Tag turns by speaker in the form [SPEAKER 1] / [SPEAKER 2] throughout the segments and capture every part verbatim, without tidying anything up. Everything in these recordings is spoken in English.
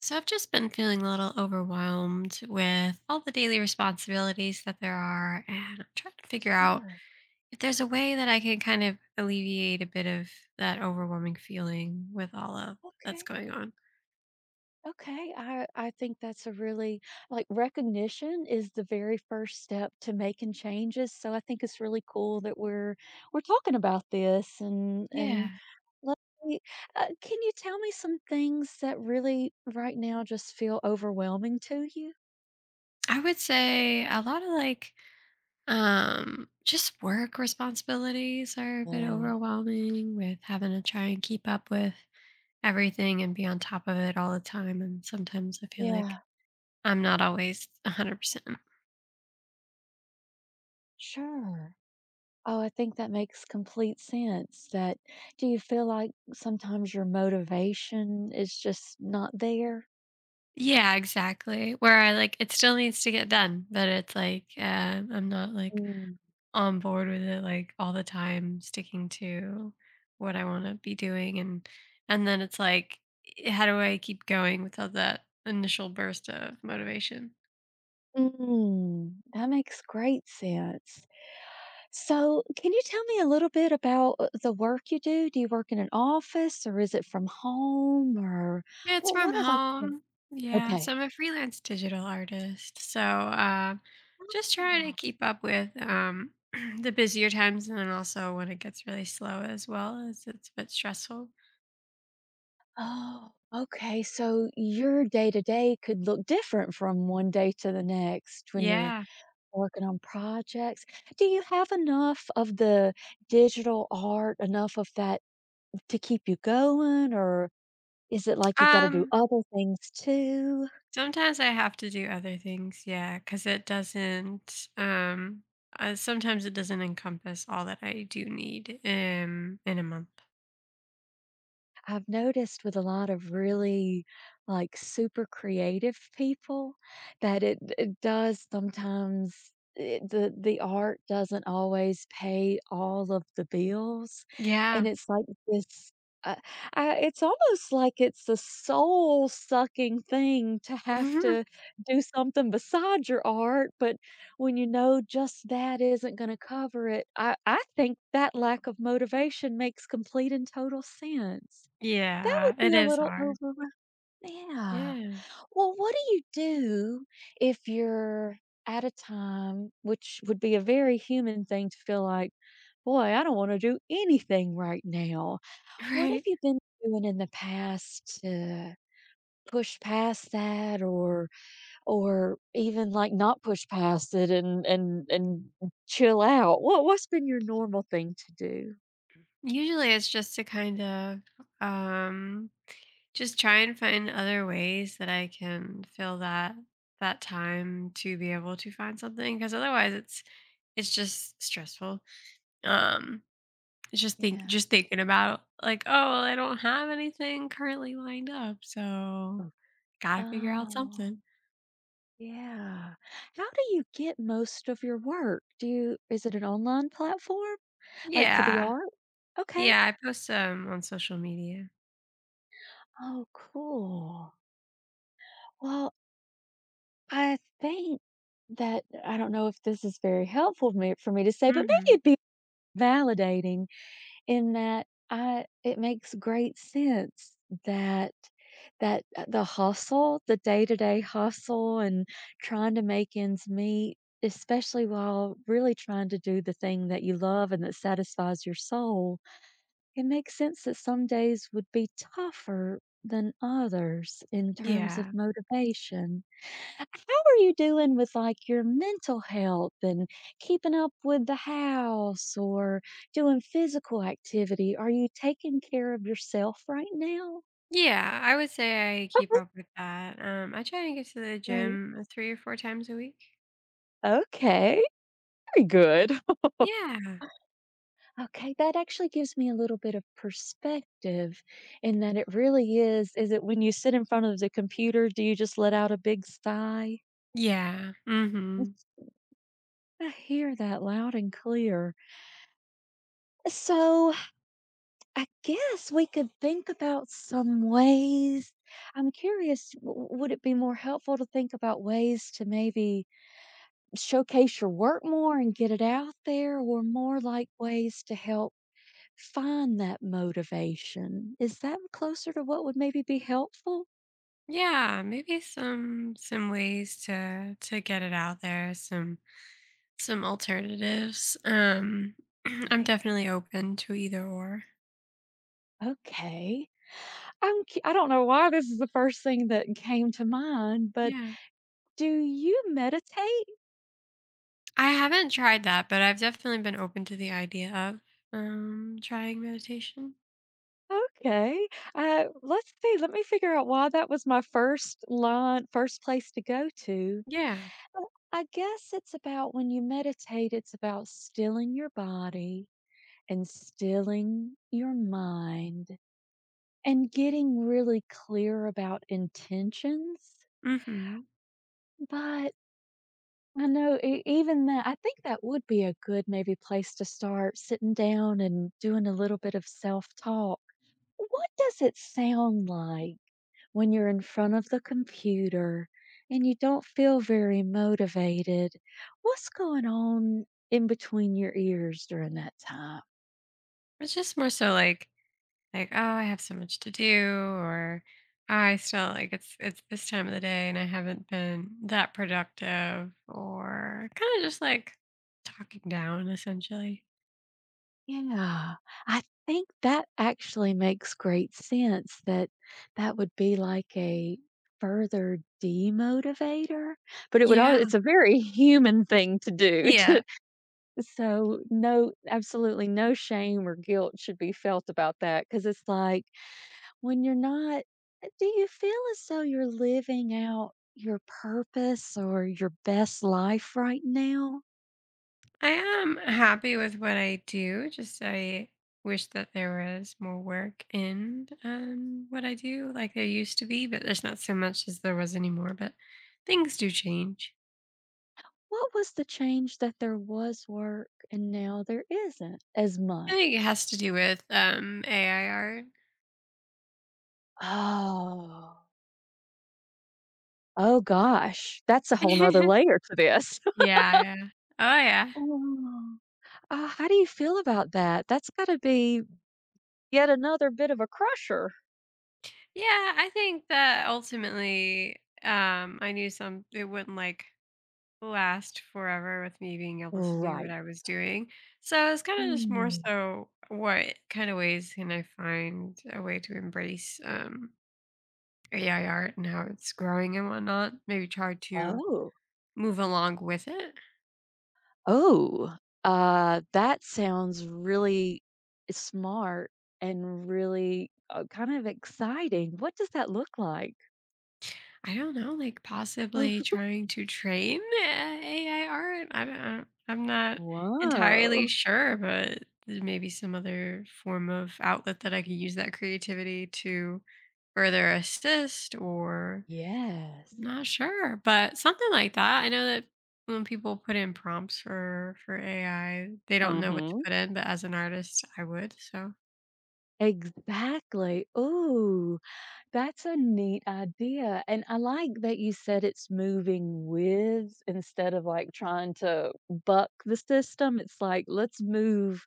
[SPEAKER 1] So I've just been feeling a little overwhelmed with all the daily responsibilities that there are, and I'm trying to figure out
[SPEAKER 2] Sure.
[SPEAKER 1] if there's a way that I can kind of alleviate a bit of that overwhelming feeling with all of that's
[SPEAKER 2] Okay.
[SPEAKER 1] going on.
[SPEAKER 2] Okay. I I think that's a really like recognition is the very first step to making changes. So I think it's really cool that we're we're talking about this and and
[SPEAKER 1] Yeah.
[SPEAKER 2] let me, uh, can you tell me some things that really right now just feel overwhelming to you?
[SPEAKER 1] I would say a lot of like um just work responsibilities are a bit
[SPEAKER 2] Yeah.
[SPEAKER 1] overwhelming with having to try and keep up with everything and be on top of it all the time, and sometimes I feel like
[SPEAKER 2] Yeah,
[SPEAKER 1] I'm not always one hundred percent.
[SPEAKER 2] sure. Oh, I think that makes complete sense. That do you feel like sometimes your motivation is just not there?
[SPEAKER 1] Yeah, exactly. Where I like it still needs to get done, but it's like um, I'm not like on board with it like all the time, sticking to what I want to be doing, and and then it's like, eh, how do I keep going without that initial burst of motivation?
[SPEAKER 2] Mm, that makes great sense. So, can you tell me a little bit about uh, the work you do? Do you work in an office or is it from home or
[SPEAKER 1] It's
[SPEAKER 2] well,
[SPEAKER 1] from
[SPEAKER 2] what is like the-
[SPEAKER 1] home. Yeah, so
[SPEAKER 2] okay.
[SPEAKER 1] I'm a freelance digital artist. So uh, just trying to
[SPEAKER 2] Oh,
[SPEAKER 1] keep up with um, the busier times, and then also when it gets really slow as well, as it's a bit stressful.
[SPEAKER 2] oh, okay. So your day to day could look different from one day to the next when you're
[SPEAKER 1] Yeah.
[SPEAKER 2] working on projects. Do you have enough of the digital art, enough of that to keep you going, or is it like you've got to do
[SPEAKER 1] Um,
[SPEAKER 2] other things too?
[SPEAKER 1] sometimes I have to do other things, yeah, because it doesn't, um, uh, sometimes it doesn't encompass all that I do need, um, in a month.
[SPEAKER 2] I've noticed with a lot of really like super creative people that it, it does sometimes it, the the art doesn't always pay all of the bills and
[SPEAKER 1] Yeah.
[SPEAKER 2] it's like this uh, I, it's almost like it's a soul sucking thing to have
[SPEAKER 1] Mhm.
[SPEAKER 2] to do something beside your art but when you know just that isn't going to cover it I, I think that lack of motivation makes complete and total sense that
[SPEAKER 1] Yeah,
[SPEAKER 2] would
[SPEAKER 1] it
[SPEAKER 2] be a
[SPEAKER 1] is
[SPEAKER 2] little
[SPEAKER 1] hard.
[SPEAKER 2] overwhel yeah.
[SPEAKER 1] Yeah.
[SPEAKER 2] Well, what do you do if you're at a time which would be a very human thing to feel like, "Boy, I don't wanna do anything right now." What have
[SPEAKER 1] Right.
[SPEAKER 2] you been doing in the past to push past that or or even, like, not push past it and and and chill out? What what's been your normal thing to do?
[SPEAKER 1] Usually it's just to kind of, um, just try and find other ways that I can fill that that time to be able to find something. Because otherwise it's it's just stressful. Um Just think
[SPEAKER 2] Yeah.
[SPEAKER 1] just thinking about, like, "Oh, well, I don't have anything currently lined up, so
[SPEAKER 2] Oh.
[SPEAKER 1] gotta figure out
[SPEAKER 2] Oh.
[SPEAKER 1] something."
[SPEAKER 2] Yeah. How do you get most of your work? Do you is it an online platform? Like for the
[SPEAKER 1] Yeah.
[SPEAKER 2] art? Okay.
[SPEAKER 1] Yeah, I post, um, on social media.
[SPEAKER 2] Oh, cool. Well, I think that I don't know if this is very helpful for me for me to say, but maybe
[SPEAKER 1] Mhm.
[SPEAKER 2] it'd be validating in that I it makes great sense that that, uh, the hustle, the day-to-day hustle and trying to make ends meet, especially while really trying to do the thing that you love and that satisfies your soul, it makes sense that some days would be tougher than others in terms of
[SPEAKER 1] Yeah.
[SPEAKER 2] motivation. How are you doing with, like, your mental health and keeping up with the house or doing physical activity? Are you taking care of yourself right now?
[SPEAKER 1] Yeah, I would say I keep
[SPEAKER 2] Oh,
[SPEAKER 1] up with that. Um, I try and get to the
[SPEAKER 2] great.
[SPEAKER 1] gym, uh, three or four times a week.
[SPEAKER 2] Okay, very good.
[SPEAKER 1] Yeah.
[SPEAKER 2] Okay, that actually gives me a little bit of perspective in that it really is is it when you sit in front of the computer, do you just let out a big sigh?
[SPEAKER 1] Yeah. Mhm.
[SPEAKER 2] I hear that loud and clear. So I guess we could think about some ways. I'm curious, w- would it be more helpful to think about ways to maybe showcase your work more and get it out there, or more like ways to help find that motivation? Is that closer to what would maybe be helpful?
[SPEAKER 1] Yeah, maybe some some ways to to get it out there, some— some alternatives. Um, I'm
[SPEAKER 2] Okay.
[SPEAKER 1] definitely open to either or.
[SPEAKER 2] Okay. I'm cu- I don't know why this is the first thing that came to mind, but
[SPEAKER 1] Yeah.
[SPEAKER 2] do you meditate?
[SPEAKER 1] I haven't tried that, but I've definitely been open to the idea of um trying meditation.
[SPEAKER 2] Okay. Uh, let's see. Let me figure out why that was my first line, first place to go to.
[SPEAKER 1] Yeah.
[SPEAKER 2] Uh, I guess it's about when you meditate, it's about stilling your body and stilling your mind and getting really clear about intentions.
[SPEAKER 1] Mhm.
[SPEAKER 2] But I know e- even that, I think that would be a good maybe place to start sitting down and doing a little bit of self talk. What does it sound like when you're in front of the computer and you don't feel very motivated, what's going on in between your ears during that time?
[SPEAKER 1] It's just more so like like oh, I have so much to do, or "Oh, I still like it's it's this time of the day and I haven't been that productive," or kind of just like talking down, essentially.
[SPEAKER 2] Yeah, I think that actually makes great sense that that would be like a further demotivator, but it would all
[SPEAKER 1] Yeah.
[SPEAKER 2] it's a very human thing to do to
[SPEAKER 1] Yeah.
[SPEAKER 2] so no absolutely no shame or guilt should be felt about that because it's like when you're not eh, do you feel as though you're living out your purpose or your best life right now?
[SPEAKER 1] I am happy with what I do. Just I wish that there was more work in um, what I do, like there used to be, but there's not so much as there was anymore. But things do change.
[SPEAKER 2] What was the change that there was work and now there isn't as
[SPEAKER 1] I think it
[SPEAKER 2] much?
[SPEAKER 1] has to do with um, A I art.
[SPEAKER 2] Oh. Oh gosh, that's a whole nother
[SPEAKER 1] Yeah,
[SPEAKER 2] layer to this.
[SPEAKER 1] yeah. Oh, yeah.
[SPEAKER 2] Oh. Uh, how do you feel about that? That's gotta be yet another bit of a crusher.
[SPEAKER 1] Yeah, I think that ultimately um, I knew some, it wouldn't like last forever with me being able to do what
[SPEAKER 2] Right.
[SPEAKER 1] I was doing. So it's kind of just more
[SPEAKER 2] Mm.
[SPEAKER 1] so what kind of ways can I find a way to embrace um, A I art and how it's growing and whatnot? Maybe try to
[SPEAKER 2] Oh.
[SPEAKER 1] move along with it.
[SPEAKER 2] Oh, uh, that sounds really smart and really uh, kind of exciting. What does that look like?
[SPEAKER 1] I don't know, like
[SPEAKER 2] Oh,
[SPEAKER 1] possibly trying to train uh, A I art. I don't, I don't- I'm not
[SPEAKER 2] whoa.
[SPEAKER 1] entirely sure, but there may be some other form of outlet that I could use that creativity to further assist or—
[SPEAKER 2] Yes.
[SPEAKER 1] not sure, but something like that. I know that when people put in prompts for for A I, they don't know what to
[SPEAKER 2] Mm-hmm.
[SPEAKER 1] put in, but as an artist, I would. So
[SPEAKER 2] Exactly. Oh, that's a neat idea. And I like that you said it's moving with instead of like trying to buck the system. It's like, let's move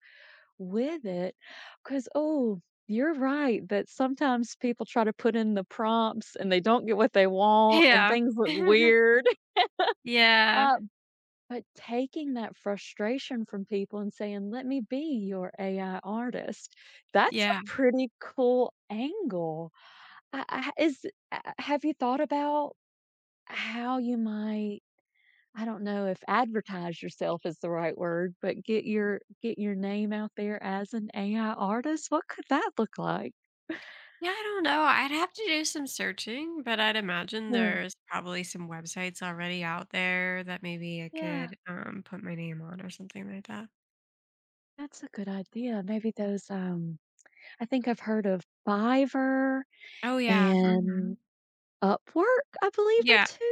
[SPEAKER 2] with it, because oh, you're right that sometimes people try to put in the prompts and they don't get what they want and
[SPEAKER 1] yeah.
[SPEAKER 2] things look weird.
[SPEAKER 1] Yeah,
[SPEAKER 2] Uh, but taking that frustration from people and saying, "Let me be your A I artist," that's
[SPEAKER 1] yeah,
[SPEAKER 2] a pretty cool angle. I I is uh, have you thought about how you might I don't know if advertise yourself is the right word, but get your get your name out there as an A I artist. What could that look like?
[SPEAKER 1] yeah. I don't know. I'd have to do some searching, but I'd imagine
[SPEAKER 2] Yeah.
[SPEAKER 1] there's probably some websites already out there that maybe I
[SPEAKER 2] Yeah,
[SPEAKER 1] could um put my name on or something like that.
[SPEAKER 2] that's a good idea. Maybe those, um, I think I've heard of Fiverr
[SPEAKER 1] Oh, yeah. Hmm.
[SPEAKER 2] and Upwork, I believe, are
[SPEAKER 1] Yeah,
[SPEAKER 2] two.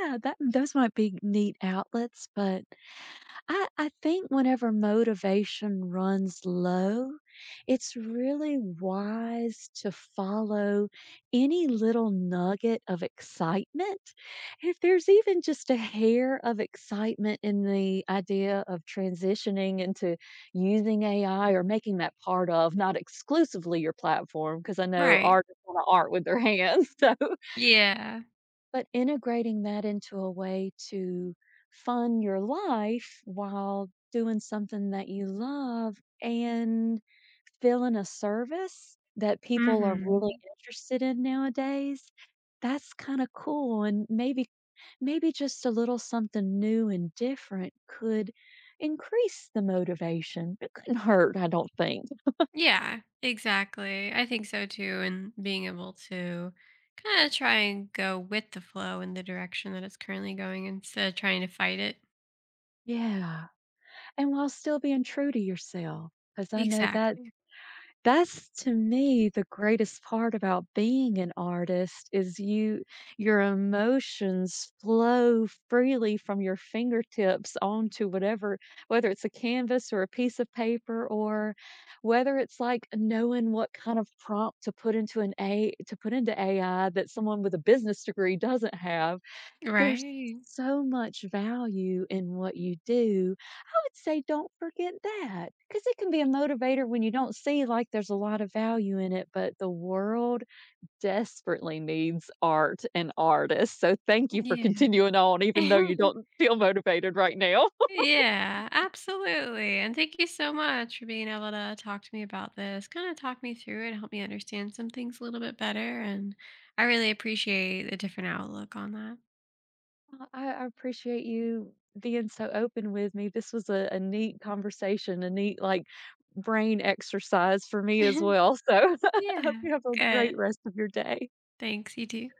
[SPEAKER 2] Yeah, that those might be neat outlets, but I I think whenever motivation runs low, it's really wise to follow any little nugget of excitement. If there's even just a hair of excitement in the idea of transitioning into using A I or making that part of, not exclusively your platform, because I know
[SPEAKER 1] right,
[SPEAKER 2] artists want to art with their hands. So
[SPEAKER 1] yeah.
[SPEAKER 2] but integrating that into a way to fund your life while doing something that you love and feeling a service that people are really
[SPEAKER 1] Hmm.
[SPEAKER 2] interested in nowadays, that's kinda cool, and maybe maybe just a little something new and different could increase the motivation. It couldn't hurt, I don't think.
[SPEAKER 1] Yeah, exactly. I think so too. And being able to kind of try and go with the flow in the direction that it's currently going instead of trying to fight it.
[SPEAKER 2] Yeah, and while still being true to yourself, because I know that
[SPEAKER 1] Exactly.
[SPEAKER 2] that's to me the greatest part about being an artist is you your emotions flow freely from your fingertips onto whatever whether it's a canvas or a piece of paper or whether it's like knowing what kind of prompt to put into an A to put into A I that someone with a business degree doesn't have. There's
[SPEAKER 1] Right.
[SPEAKER 2] so much value in what you do. I would say don't forget that, because it can be a motivator when you don't see, like, there's a lot of value in it, but the world desperately needs art and artists, so thank you for
[SPEAKER 1] Yeah.
[SPEAKER 2] continuing on even though you don't feel motivated right now.
[SPEAKER 1] Yeah, absolutely. And thank you so much for being able to talk to me about this, kind of talk me through it, help me understand some things a little bit better. And I really appreciate the different outlook on that.
[SPEAKER 2] Well, I I appreciate you being so open with me. This was a, a neat conversation, a neat like brain exercise for me as well. So I hope
[SPEAKER 1] Yeah.
[SPEAKER 2] you have a
[SPEAKER 1] Good.
[SPEAKER 2] great rest of your day.
[SPEAKER 1] Thanks. You too.